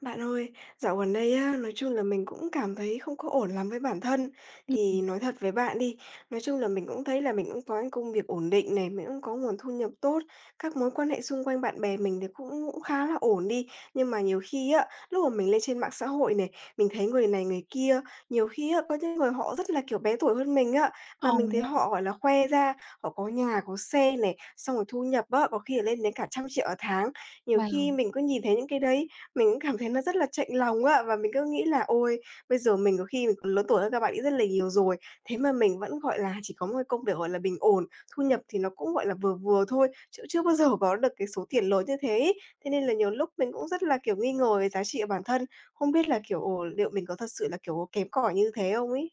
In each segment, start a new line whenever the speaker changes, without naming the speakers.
Bạn ơi, dạo gần đây á, nói chung là mình cũng cảm thấy không có ổn lắm với bản thân. Thì
Ừm,
nói thật với bạn đi, nói chung là mình cũng thấy là mình cũng có cái công việc ổn định này, mình cũng có nguồn thu nhập tốt, các mối quan hệ xung quanh bạn bè mình thì cũng cũng khá là ổn đi. Nhưng mà nhiều khi á, lúc mà mình lên trên mạng xã hội này, mình thấy người này người kia, nhiều khi á, có những người họ rất là kiểu bé tuổi hơn mình á, mà
ồ,
mình thấy họ gọi là khoe ra, họ có nhà, có xe này, xong rồi thu nhập á, có khi là lên đến cả 100 triệu ở tháng. Nhiều khi
wow,
mình cứ nhìn thấy những cái đấy mình cũng cảm thấy nó rất là chạnh lòng á, và mình cứ nghĩ là "Ôi, bây giờ mình có khi mình còn lớn tuổi hơn các bạn ấy rất là nhiều rồi, thế mà mình vẫn, gọi là, chỉ có một cái công việc, gọi là, bình ổn, thu nhập thì nó cũng, gọi là, vừa vừa thôi, chứ chưa bao giờ có được cái số tiền lớn như thế ấy." Thế nên là nhiều lúc mình cũng rất là, kiểu, nghi ngờ về giá trị của bản thân, không biết là, kiểu, ồ, liệu mình có thật sự là, kiểu, kém cỏi như thế không ý.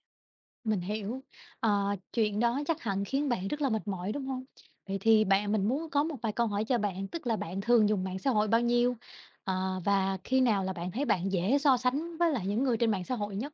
mình hiểu. Ờ, chuyện đó chắc hẳn khiến bạn rất là mệt mỏi, đúng hông? Vậy thì bạn mình muốn có một vài câu hỏi cho bạn, tức là bạn thường dùng mạng xã hội bao nhiêu? Ờ, và khi nào là bạn thấy bạn dễ so sánh với lại những người trên mạng xã hội nhất?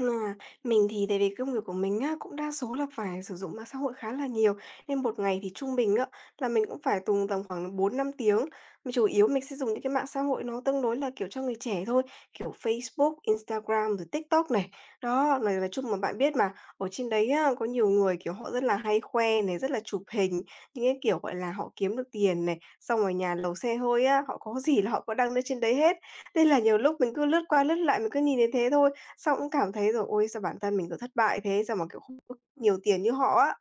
À, mình thì tại vì công việc của mình á, cũng đa số là phải sử dụng mạng xã hội khá là nhiều, nên một ngày thì trung bình á, là mình cũng phải dùng tầm khoảng bốn năm tiếng. Mình chủ yếu mình sẽ dùng những cái mạng xã hội nó tương đối là, kiểu, cho người trẻ thôi, kiểu, Facebook, Instagram, rồi TikTok này. Đó, nói chung mà bạn biết mà, ở trên đấy á, có nhiều người, kiểu, họ rất là hay khoe này, rất là chụp hình, những cái kiểu, gọi là, họ kiếm được tiền này, xong rồi nhà lầu xe hơi á, họ có gì là họ có đăng lên trên đấy hết. Nên là nhiều lúc mình cứ lướt qua lướt lại, mình cứ nhìn thấy thế thôi, xong cũng cảm thấy rồi "Ôi, sao bản thân mình, kiểu, thất bại thế, sao mà, kiểu, không có nhiều tiền như họ á."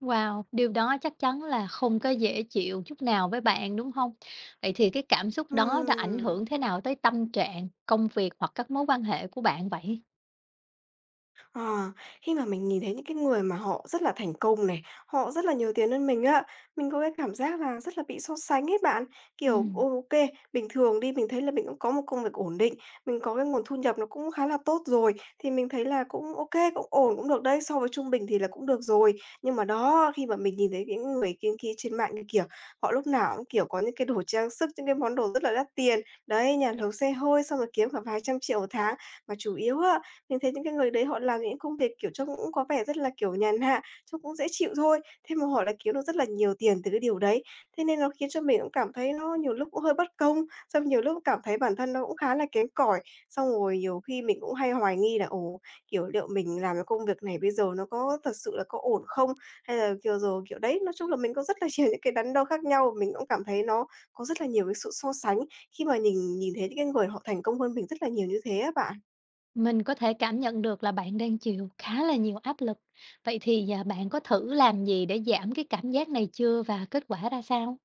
Wow, điều đó chắc chắn là không có dễ chịu chút nào với bạn, đúng hông? Vậy thì cái cảm xúc đó đã ảnh
Ừm.
hưởng thế nào tới tâm trạng, công việc hoặc các mối quan hệ của bạn vậy?
Ờ, khi mà mình nhìn thấy những cái người mà họ rất là thành công này, họ rất là nhiều tiền hơn mình á, mình có cái cảm giác là rất là bị so sánh ấy bạn. Kiểu,
Ừm.
ô kê, bình thường đi, mình thấy là mình cũng có một công việc ổn định, mình có cái nguồn thu nhập nó cũng khá là tốt rồi, thì mình thấy là cũng ok cũng ổn, cũng được đấy, so với trung bình thì là cũng được rồi. Nhưng mà đó, khi mà mình nhìn thấy những người kia kia trên mạng như kiểu, họ lúc nào cũng, kiểu, có những cái đồ trang sức, những cái món đồ rất là đắt tiền, đấy, nhà lầu xe hơi xong rồi kiếm cả vài trăm triệu một tháng. Mà chủ yếu á, mình thấy những cái người đấy họ làm những công việc, kiểu, trông cũng có vẻ rất là, kiểu, nhàn hạ, trông cũng dễ chịu thôi, thế mà họ lại kiếm được rất là nhiều tiền từ cái điều đấy. Thế nên nó khiến cho mình cũng cảm thấy nó nhiều lúc cũng hơi bất công, xong nhiều lúc cảm thấy bản thân nó cũng khá là kém cỏi. Xong rồi nhiều khi mình cũng hay hoài nghi là, ồ, kiểu, liệu mình làm cái công việc này bây giờ nó có thật sự là có ổn không? Hay là, kiểu, rồi kiểu, đấy, nói chung là mình có rất là nhiều những cái đắn đo khác nhau. Mình cũng cảm thấy nó có rất là nhiều cái sự so sánh khi mà nhìn nhìn thấy những cái người họ thành công hơn mình rất là nhiều như thế á bạn.
Mình có thể cảm nhận được là bạn đang chịu khá là nhiều áp lực. Vậy thì, à, bạn có thử làm gì để giảm cái cảm giác này chưa và kết quả ra sao?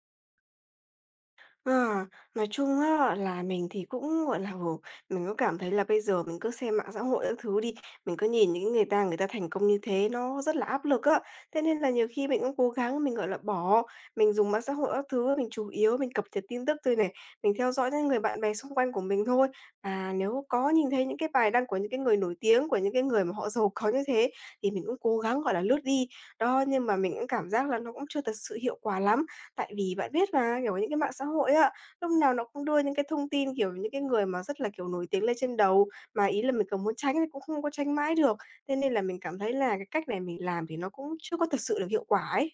À, nói chung á là mình thì cũng, gọi là, ừ, mình cũng cảm thấy là bây giờ mình cứ xem mạng xã hội các thứ đi, mình cứ nhìn những người ta thành công như thế nó rất là áp lực á. Thế nên là nhiều khi mình cũng cố gắng mình, gọi là, bỏ, mình dùng mạng xã hội các thứ, mình chủ yếu mình cập nhật tin tức thôi này, mình theo dõi những người bạn bè xung quanh của mình thôi. À, nếu có nhìn thấy những cái bài đăng của những cái người nổi tiếng, của những cái người mà họ giàu có như thế thì mình cũng cố gắng, gọi là, lướt đi. Đó, nhưng mà mình cũng cảm giác là nó cũng chưa thật sự hiệu quả lắm. Tại vì bạn biết mà, kiểu, những cái mạng xã hội á, lúc nào nó cũng đưa những cái thông tin, kiểu, những cái người mà rất là, kiểu, nổi tiếng lên trên đầu, mà ý là mình có muốn tránh thì cũng không có tránh mãi được. Thế nên là mình cảm thấy là cái cách này mình làm thì nó cũng chưa có thực sự được hiệu quả ấy.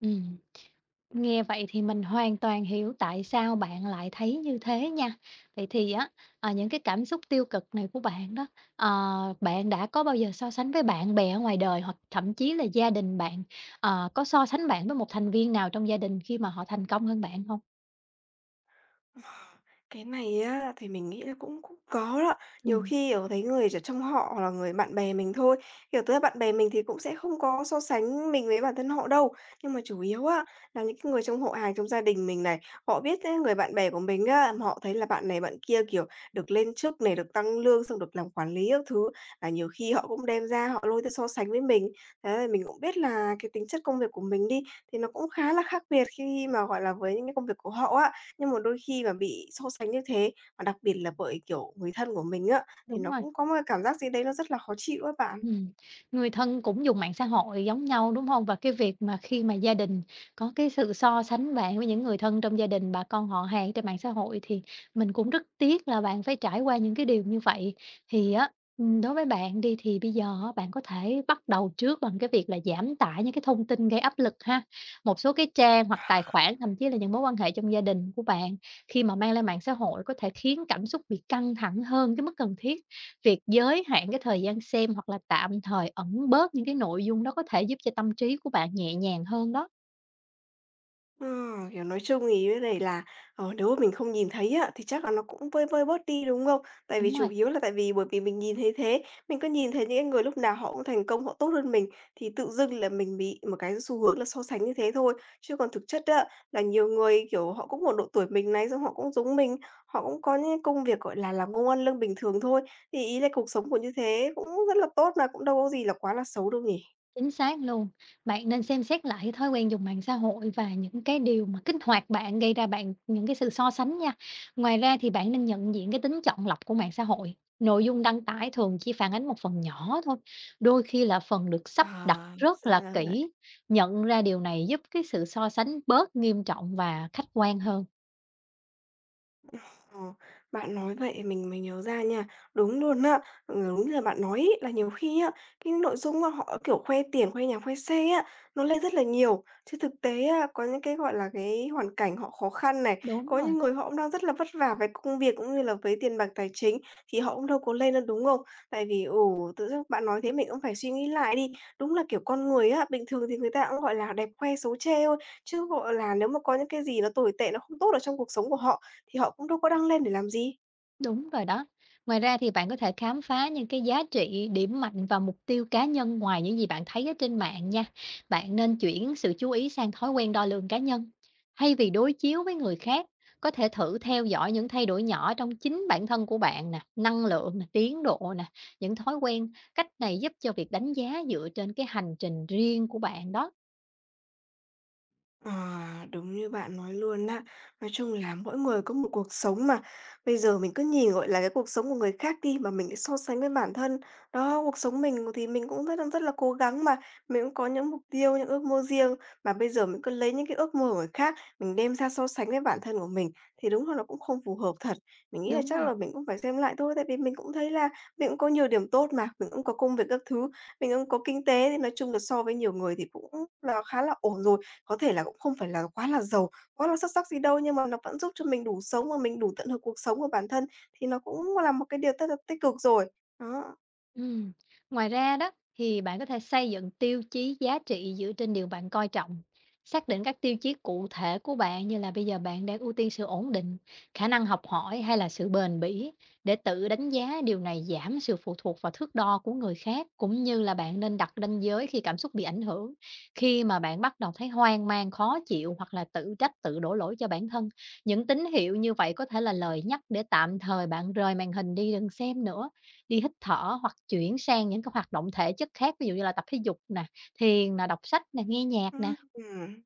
Ừm, nghe vậy thì mình hoàn toàn hiểu tại sao bạn lại thấy như thế nha. Vậy thì á, ờ, những cái cảm xúc tiêu cực này của bạn đó, ờ, bạn đã có bao giờ so sánh với bạn bè ở ngoài đời hoặc thậm chí là gia đình bạn? Ờ, có so sánh bạn với một thành viên nào trong gia đình khi mà họ thành công hơn bạn không?
Cái này á, thì mình nghĩ là cũng cũng có đó. Nhiều
Ừm,
khi, ở thấy người ở trong họ hoặc là người bạn bè mình thôi, kiểu, tới bạn bè mình thì cũng sẽ không có so sánh mình với bản thân họ đâu. Nhưng mà chủ yếu á, là những cái người trong họ hàng, trong gia đình mình này, họ biết á, người bạn bè của mình á, mà họ thấy là bạn này bạn kia, kiểu, được lên chức này, được tăng lương, xong được làm quản lý các thứ, là nhiều khi họ cũng đem ra họ lôi ra so sánh với mình. Thế là mình cũng biết là cái tính chất công việc của mình đi, thì nó cũng khá là khác biệt khi mà, gọi là, với những cái công việc của họ á. Nhưng mà đôi khi mà bị so sánh như thế, và đặc biệt là bởi, kiểu, người thân của mình á, thì
đúng
nó
rồi.
cũng có một cái cảm giác gì đấy nó rất là khó chịu á bạn.
Ừm, người thân cũng dùng mạng xã hội giống nhau, đúng không? Và cái việc mà khi mà gia đình có cái sự so sánh bạn với những người thân trong gia đình, bà con họ hàng trên mạng xã hội thì mình cũng rất tiếc là bạn phải trải qua những cái điều như vậy. Thì á, đối với bạn đi thì bây giờ á, bạn có thể bắt đầu trước bằng cái việc là giảm tải những cái thông tin gây áp lực ha. Một số cái trang hoặc tài khoản, thậm chí là những mối quan hệ trong gia đình của bạn khi mà mang lên mạng xã hội có thể khiến cảm xúc bị căng thẳng hơn cái mức cần thiết. Việc giới hạn cái thời gian xem hoặc là tạm thời ẩn bớt những cái nội dung đó có thể giúp cho tâm trí của bạn nhẹ nhàng hơn đó.
Kiểu, nói chung thì cái này là, ờ, nếu mà mình không nhìn thấy á, thì chắc là nó cũng vơi vơi bớt đi, đúng không? Tại vì
Đúng
chủ
rồi,
yếu là tại vì bởi vì mình nhìn thấy thế, mình cứ nhìn thấy những cái người lúc nào họ cũng thành công, họ tốt hơn mình, thì tự dưng là mình bị một cái xu hướng là so sánh như thế thôi. Chứ còn thực chất á, là nhiều người, kiểu, họ cũng một độ tuổi mình này, xong họ cũng giống mình, họ cũng có những công việc, gọi là, làm công ăn lương bình thường thôi, thì ý là cuộc sống của như thế cũng rất là tốt mà, cũng đâu có gì là quá là xấu đâu nhỉ?
chính xác luôn. Bạn nên xem xét lại cái thói quen dùng mạng xã hội và những cái điều mà kích hoạt bạn, gây ra bạn những cái sự so sánh nha. Ngoài ra thì bạn nên nhận diện cái tính chọn lọc của mạng xã hội. Nội dung đăng tải thường chỉ phản ánh một phần nhỏ thôi, đôi khi là phần được sắp đặt
Ờ.
rất
Ra
là
là vậy.
kỹ. Nhận ra điều này giúp cái sự so sánh bớt nghiêm trọng và khách quan hơn.
Ờ, bạn nói vậy mình mới nhớ ra nha. Đúng luôn á, ừ, đúng như là bạn nói ấy, là nhiều khi á, cái nội dung á, họ, kiểu, khoe tiền, khoe nhà, khoe xe á, nó lên rất là nhiều. Chứ thực tế á, có những cái, gọi là, cái hoàn cảnh họ khó khăn này,
Đúng
có
rồi.
những người họ cũng đang rất là vất vả về công việc cũng như là với tiền bạc tài chính, thì họ cũng đâu có lên đâu, đúng không? Tại vì, ủ tự dưng bạn nói thế mình cũng phải suy nghĩ lại đi. Đúng là, kiểu, con người á, bình thường thì người ta cũng, gọi là, đẹp khoe xấu chê thôi, chứ, gọi là, nếu mà có những cái gì nó tồi tệ, nó không tốt ở trong cuộc sống của họ thì họ cũng đâu có đăng lên để làm gì.
Đúng rồi đó. Ngoài ra thì bạn có thể khám phá những cái giá trị, điểm mạnh và mục tiêu cá nhân ngoài những gì bạn thấy ở trên mạng nha. Bạn nên chuyển sự chú ý sang thói quen đo lường cá nhân. Thay vì đối chiếu với người khác, có thể thử theo dõi những thay đổi nhỏ trong chính bản thân của bạn nè, năng lượng nè, tiến độ nè, những thói quen. Cách này giúp cho việc đánh giá dựa trên cái hành trình riêng của bạn đó.
À, đúng như bạn nói luôn á. Nói chung là mỗi người có một cuộc sống mà. Bây giờ mình cứ nhìn, gọi là, cái cuộc sống của người khác đi mà mình lại so sánh với bản thân. Đó, cuộc sống mình thì mình cũng đang rất là cố gắng mà, mình cũng có những mục tiêu, những ước mơ riêng, mà bây giờ mình cứ lấy những cái ước mơ của người khác, mình đem ra so sánh với bản thân của mình thì đúng là nó cũng không phù hợp thật. Mình nghĩ là
Đúng
chắc
rồi.
là mình cũng phải xem lại thôi, tại vì mình cũng thấy là mình cũng có nhiều điểm tốt mà, mình cũng có công việc các thứ, mình cũng có kinh tế, thì nói chung là so với nhiều người thì cũng là khá là ổn rồi. Có thể là cũng không phải là quá là giàu, quá là xuất sắc gì đâu, nhưng mà nó vẫn giúp cho mình đủ sống và mình đủ tận hưởng cuộc sống của bản thân, thì nó cũng là một cái điều rất là tích cực rồi. Đó,
Ừm, ngoài ra đó thì bạn có thể xây dựng tiêu chí giá trị dựa trên điều bạn coi trọng. Xác định các tiêu chí cụ thể của bạn như là bây giờ bạn đang ưu tiên sự ổn định, khả năng học hỏi hay là sự bền bỉ để tự đánh giá điều này giảm sự phụ thuộc vào thước đo của người khác cũng như là bạn nên đặt ranh giới khi cảm xúc bị ảnh hưởng. Khi mà bạn bắt đầu thấy hoang mang, khó chịu hoặc là tự trách, tự đổ lỗi cho bản thân, những tín hiệu như vậy có thể là lời nhắc để tạm thời bạn rời màn hình đi đừng xem nữa đi hít thở hoặc chuyển sang những cái hoạt động thể chất khác, ví dụ như là tập thể dục nè, thiền nè, đọc sách nè, nghe nhạc nè.
ừm.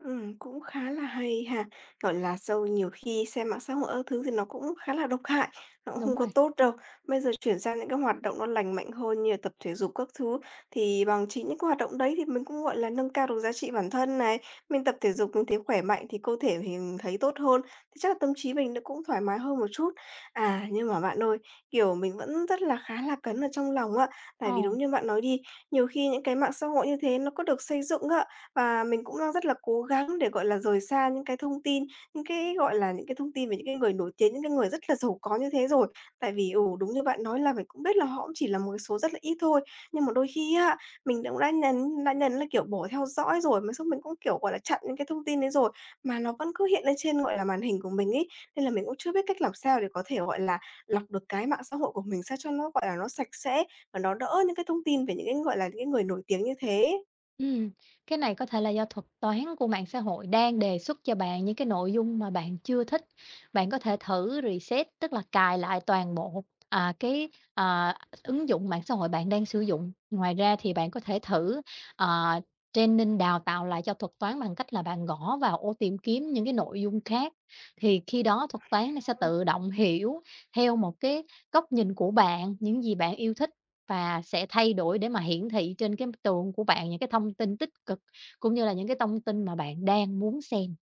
Cũng khá là hay ha. Gọi là, sâu nhiều khi xem mạng xã hội các thứ thì nó cũng khá là độc hại, nó cũng không
Đúng
có
rồi,
tốt đâu. Bây giờ chuyển sang những cái hoạt động nó lành mạnh hơn như là tập thể dục các thứ, thì bằng chính những cái hoạt động đấy thì mình cũng, gọi là, nâng cao được giá trị bản thân này. Mình tập thể dục mình thấy khỏe mạnh thì cơ thể mình thấy tốt hơn, thì chắc là tâm trí mình nó cũng thoải mái hơn một chút. À, nhưng mà bạn ơi, kiểu, mình vẫn rất là khá là cấn ở trong lòng á, tại
ờ.
vì đúng như bạn nói đi, nhiều khi những cái mạng xã hội như thế nó có được xây dựng ạ và mình cũng đang rất là cố gắng để, gọi là, rời xa những cái thông tin, những cái, gọi là, những cái thông tin về những cái người nổi tiếng, những cái người rất là giàu có như thế rồi. Tại vì, ừ, đúng như bạn nói là mình cũng biết là họ cũng chỉ là một cái số rất là ít thôi, nhưng mà đôi khi á, mình cũng đã nhấn là, kiểu, bỏ theo dõi rồi, mà xong mình cũng, kiểu, gọi là, chặn những cái thông tin đấy rồi, mà nó vẫn cứ hiện lên trên, gọi là, màn hình của mình ấy. Nên là mình cũng chưa biết cách làm sao để có thể, gọi là, lọc được cái mạng xã hội của mình sao cho nó, gọi là, nó sạch sẽ và nó đỡ những cái thông tin về những cái, gọi là, những cái người nổi tiếng như thế.
Ừm, cái này có thể là do thuật toán của mạng xã hội đang đề xuất cho bạn những cái nội dung mà bạn chưa thích. Bạn có thể thử reset, tức là cài lại toàn bộ, à, cái, à, ứng dụng mạng xã hội bạn đang sử dụng. Ngoài ra thì bạn có thể thử, ờ, training, đào tạo lại cho thuật toán bằng cách là bạn gõ vào ô tìm kiếm những cái nội dung khác, thì khi đó thuật toán nó sẽ tự động hiểu theo một cái góc nhìn của bạn, những gì bạn yêu thích. Và sẽ thay đổi để mà hiển thị trên cái tường của bạn những cái thông tin tích cực, cũng như là những cái thông tin mà bạn đang muốn xem.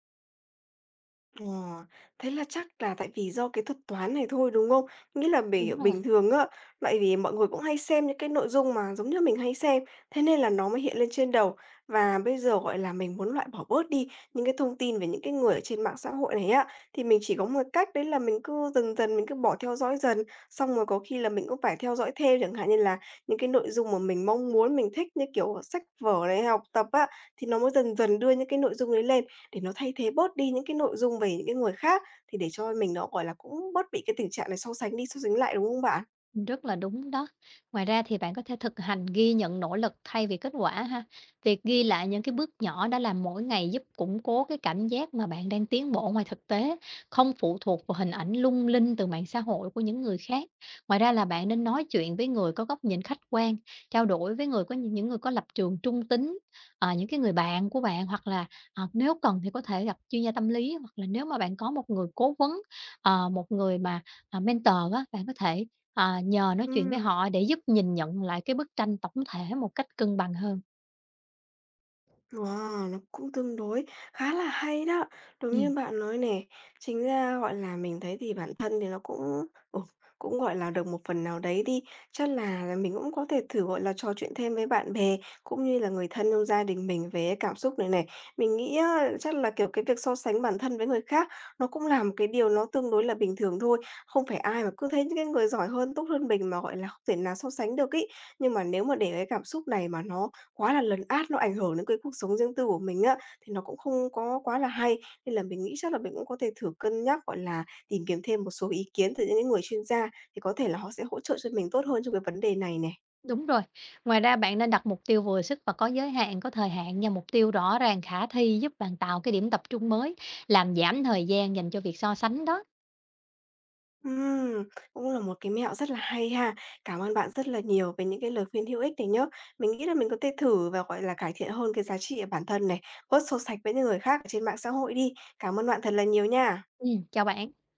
Ờ, thế là chắc là tại vì do cái thuật toán này thôi, đúng không? Nghĩa là bể
Đúng rồi.
bình thường á, tại vì mọi người cũng hay xem những cái nội dung mà giống như mình hay xem, thế nên là nó mới hiện lên trên đầu. Và bây giờ, gọi là, mình muốn loại bỏ bớt đi những cái thông tin về những cái người ở trên mạng xã hội này á, thì mình chỉ có một cách đấy là mình cứ dần dần mình cứ bỏ theo dõi dần, xong rồi có khi là mình cũng phải theo dõi thêm, chẳng hạn như là những cái nội dung mà mình mong muốn, mình thích như kiểu sách vở này, học tập á, thì nó mới dần dần đưa những cái nội dung đấy lên. Để nó thay thế bớt đi những cái nội dung về những cái người khác, thì để cho mình nó, gọi là, cũng bớt bị cái tình trạng này so sánh đi so sánh lại, đúng không bạn?
Rất là đúng đó. Ngoài ra thì bạn có thể thực hành ghi nhận nỗ lực thay vì kết quả ha. Việc ghi lại những cái bước nhỏ đã làm mỗi ngày giúp củng cố cái cảm giác mà bạn đang tiến bộ ngoài thực tế, không phụ thuộc vào hình ảnh lung linh từ mạng xã hội của những người khác. Ngoài ra là bạn nên nói chuyện với người có góc nhìn khách quan, trao đổi với người có những người có lập trường trung tính, à, những cái người bạn của bạn hoặc là nếu cần thì có thể gặp chuyên gia tâm lý hoặc là nếu mà bạn có một người cố vấn, một người mà mentor á, bạn có thể nhờ nói chuyện với
Ừm.
họ để giúp nhìn nhận lại cái bức tranh tổng thể một cách cân bằng hơn.
Wow, nó cũng tương đối khá là hay đó. Đúng như
Ừm,
bạn nói nè, chính ra, gọi là, mình thấy thì bản thân thì nó cũng, ừ, cũng, gọi là, được một phần nào đấy đi. Chắc là mình cũng có thể thử, gọi là, trò chuyện thêm với bạn bè cũng như là người thân trong gia đình mình về cảm xúc này này. Mình nghĩ á, chắc là, kiểu, cái việc so sánh bản thân với người khác nó cũng là một cái điều nó tương đối là bình thường thôi. Không phải ai mà cứ thấy những cái người giỏi hơn, tốt hơn mình mà, gọi là, không thể nào so sánh được ấy. Nhưng mà nếu mà để cái cảm xúc này mà nó quá là lấn át, nó ảnh hưởng đến cái cuộc sống riêng tư của mình á, thì nó cũng không có quá là hay. Nên là mình nghĩ chắc là mình cũng có thể thử cân nhắc, gọi là, tìm kiếm thêm một số ý kiến từ những cái người chuyên gia, thì có thể là họ sẽ hỗ trợ cho mình tốt hơn trong cái vấn đề này này.
đúng rồi. Ngoài ra bạn nên đặt mục tiêu vừa sức và có giới hạn, có thời hạn nha, mục tiêu rõ ràng khả thi giúp bạn tạo cái điểm tập trung mới, làm giảm thời gian dành cho việc so sánh đó.
Ừm, cũng là một cái mẹo rất là hay ha. Cảm ơn bạn rất là nhiều về những cái lời khuyên hữu ích này nhớ. Mình nghĩ là mình có thể thử và, gọi là, cải thiện hơn cái giá trị ở bản thân này, bớt so sánh với những người khác ở trên mạng xã hội đi. Cảm ơn bạn thật là nhiều nha.
Chào bạn.